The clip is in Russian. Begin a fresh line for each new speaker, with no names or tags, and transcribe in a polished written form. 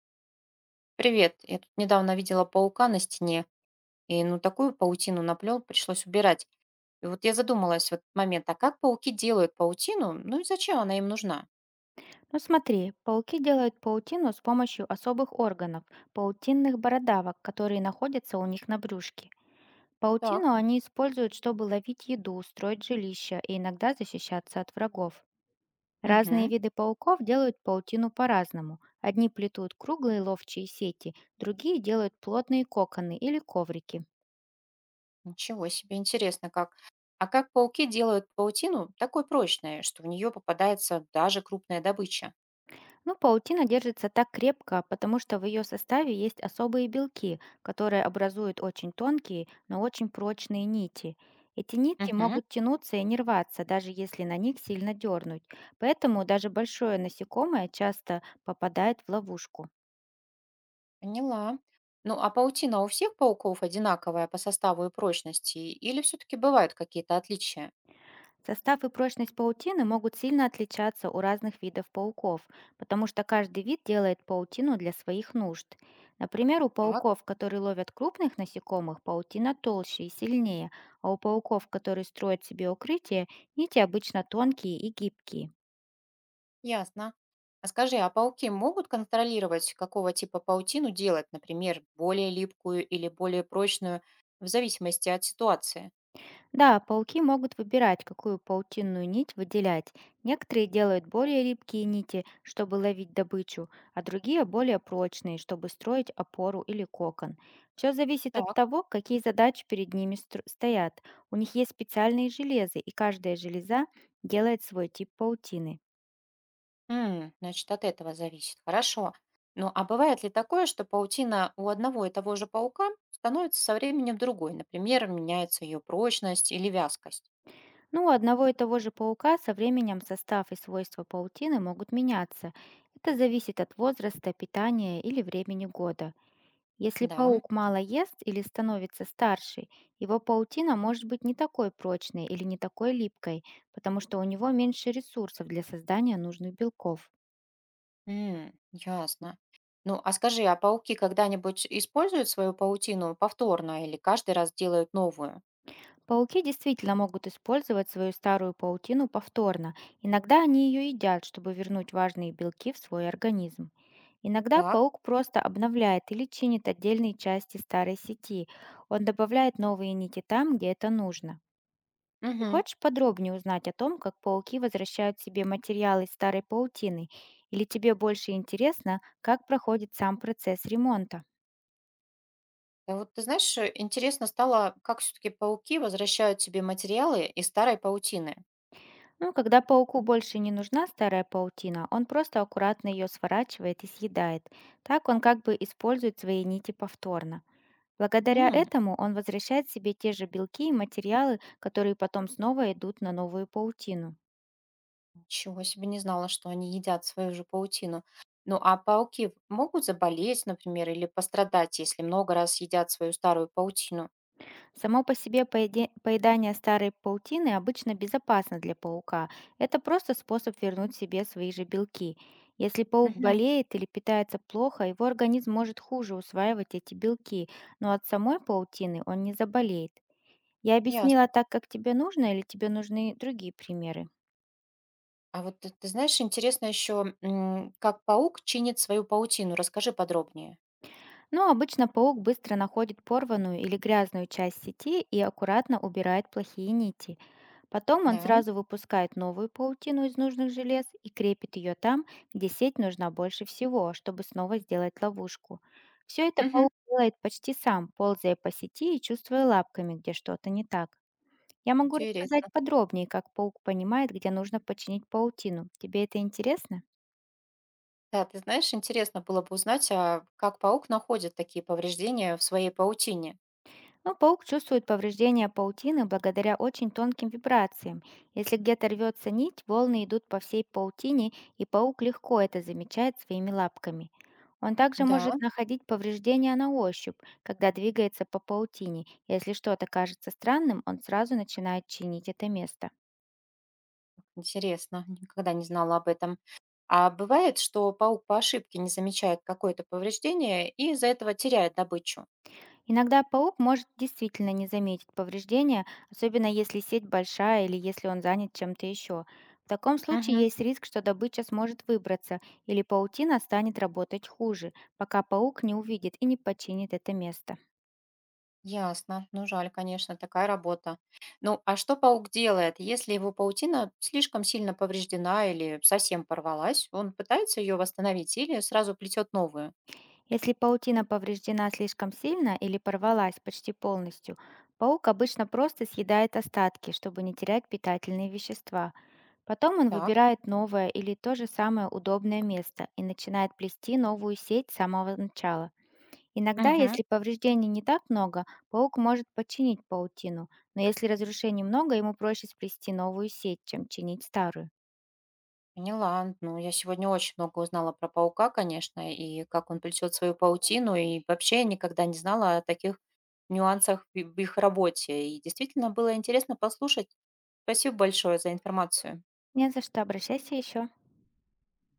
Привет. Я тут недавно видела паука на стене, и ну такую паутину наплел, пришлось убирать. И вот я задумалась в этот момент, а как пауки делают паутину, ну и зачем она им нужна?
Ну смотри, пауки делают паутину с помощью особых органов, паутинных бородавок, которые находятся у них на брюшке.
Так,
Паутину они используют, чтобы ловить еду, строить жилища и иногда защищаться от врагов. Разные
угу,
виды пауков делают паутину по-разному. Одни плетут круглые ловчие сети, другие делают плотные коконы или коврики.
ничего себе, интересно как. А как пауки делают паутину такой прочной, что в нее попадается даже крупная добыча?
Ну, паутина держится так крепко, потому что в ее составе есть особые белки, которые образуют очень тонкие, но очень прочные нити. Эти нити
Угу,
могут тянуться и не рваться, даже если на них сильно дернуть. Поэтому даже большое насекомое часто попадает в ловушку.
поняла. Ну а паутина у всех пауков одинаковая по составу и прочности, или все-таки бывают какие-то отличия?
Состав и прочность паутины могут сильно отличаться у разных видов пауков, потому что каждый вид делает паутину для своих нужд. Например, у
Так.
пауков, которые ловят крупных насекомых, паутина толще и сильнее, а у пауков, которые строят себе укрытие, нити обычно тонкие и гибкие.
Ясно. А скажи, а пауки могут контролировать, какого типа паутину делать, например, более липкую или более прочную, в зависимости от ситуации?
Да, пауки могут выбирать, какую паутинную нить выделять. Некоторые делают более липкие нити, чтобы ловить добычу, а другие более прочные, чтобы строить опору или кокон. Все зависит от
Так.
того, какие задачи перед ними стоят. У них есть специальные железы, и каждая железа делает свой тип паутины.
М, значит, от этого зависит. Хорошо. Ну, а бывает ли такое, что паутина у одного и того же паука становится со временем другой? Например, меняется ее прочность или вязкость?
Ну, у одного и того же паука со временем состав и свойства паутины могут меняться. Это зависит от возраста, питания или времени года. Если
Да.
паук мало ест или становится старше, его паутина может быть не такой прочной или не такой липкой, потому что у него меньше ресурсов для создания нужных белков.
М, ясно. Ну, а скажи, а пауки когда-нибудь используют свою паутину повторно или каждый раз делают новую?
Пауки действительно могут использовать свою старую паутину повторно. Иногда они ее едят, чтобы вернуть важные белки в свой организм. Иногда
Так.
паук просто обновляет или чинит отдельные части старой сети. Он добавляет новые нити там, где это нужно. Ты
Мгм.
хочешь подробнее узнать о том, как пауки возвращают себе материалы из старой паутины? Или тебе больше интересно, как проходит сам процесс ремонта?
А вот ты знаешь, интересно стало, как все-таки пауки возвращают себе материалы из старой паутины.
Ну, когда пауку больше не нужна старая паутина, он просто аккуратно ее сворачивает и съедает. Так он как бы использует свои нити повторно. Благодаря
М,
этому он возвращает себе те же белки и материалы, которые потом снова идут на новую паутину.
ничего себе не знала, что они едят свою же паутину. Ну а пауки могут заболеть, например, или пострадать, если много раз едят свою старую паутину.
Само по себе поедание старой паутины обычно безопасно для паука. Это просто способ вернуть себе свои же белки. Если паук
Мгм.
болеет или питается плохо, его организм может хуже усваивать эти белки, но от самой паутины он не заболеет. Я
Ясно.
объяснила так, как тебе нужно, или тебе нужны другие примеры?
А вот ты знаешь, интересно еще, как паук чинит свою паутину. Расскажи подробнее.
Ну, обычно паук быстро находит порванную или грязную часть сети и аккуратно убирает плохие нити. Потом он
Да.
сразу выпускает новую паутину из нужных желез и крепит ее там, где сеть нужна больше всего, чтобы снова сделать ловушку. Все это
Мгм.
паук делает почти сам, ползая по сети и чувствуя лапками, где что-то не так. Я могу рассказать
Интересно.
подробнее, как паук понимает, где нужно починить паутину. Тебе это интересно?
Да, ты знаешь, интересно было бы узнать, а как паук находит такие повреждения в своей паутине.
Но паук чувствует повреждения паутины благодаря очень тонким вибрациям. Если где-то рвется нить, волны идут по всей паутине, и паук легко это замечает своими лапками. Он также
Да,
может находить повреждения на ощупь, когда двигается по паутине. Если что-то кажется странным, он сразу начинает чинить это место.
интересно, никогда не знала об этом. А бывает, что паук по ошибке не замечает какое-то повреждение и из-за этого теряет добычу.
Иногда паук может действительно не заметить повреждения, особенно если сеть большая или если он занят чем-то еще. В таком случае
Мгм.
есть риск, что добыча сможет выбраться или паутина станет работать хуже, пока паук не увидит и не починит это место.
Ясно. Ну, жаль, конечно, такая работа. Ну, а что паук делает, если его паутина слишком сильно повреждена или совсем порвалась? Он пытается ее восстановить или сразу плетет новую?
Если паутина повреждена слишком сильно или порвалась почти полностью, паук обычно просто съедает остатки, чтобы не терять питательные вещества. Потом он
Так.
выбирает новое или то же самое удобное место и начинает плести новую сеть с самого начала. Иногда,
Мгм.
если повреждений не так много, паук может починить паутину, но если разрушений много, ему проще сплести новую сеть, чем чинить старую.
Поняла. Ну, я сегодня очень много узнала про паука, конечно, и как он плетет свою паутину. И вообще я никогда не знала о таких нюансах в их работе. И действительно было интересно послушать. Спасибо большое за информацию.
Не за что, обращайся еще.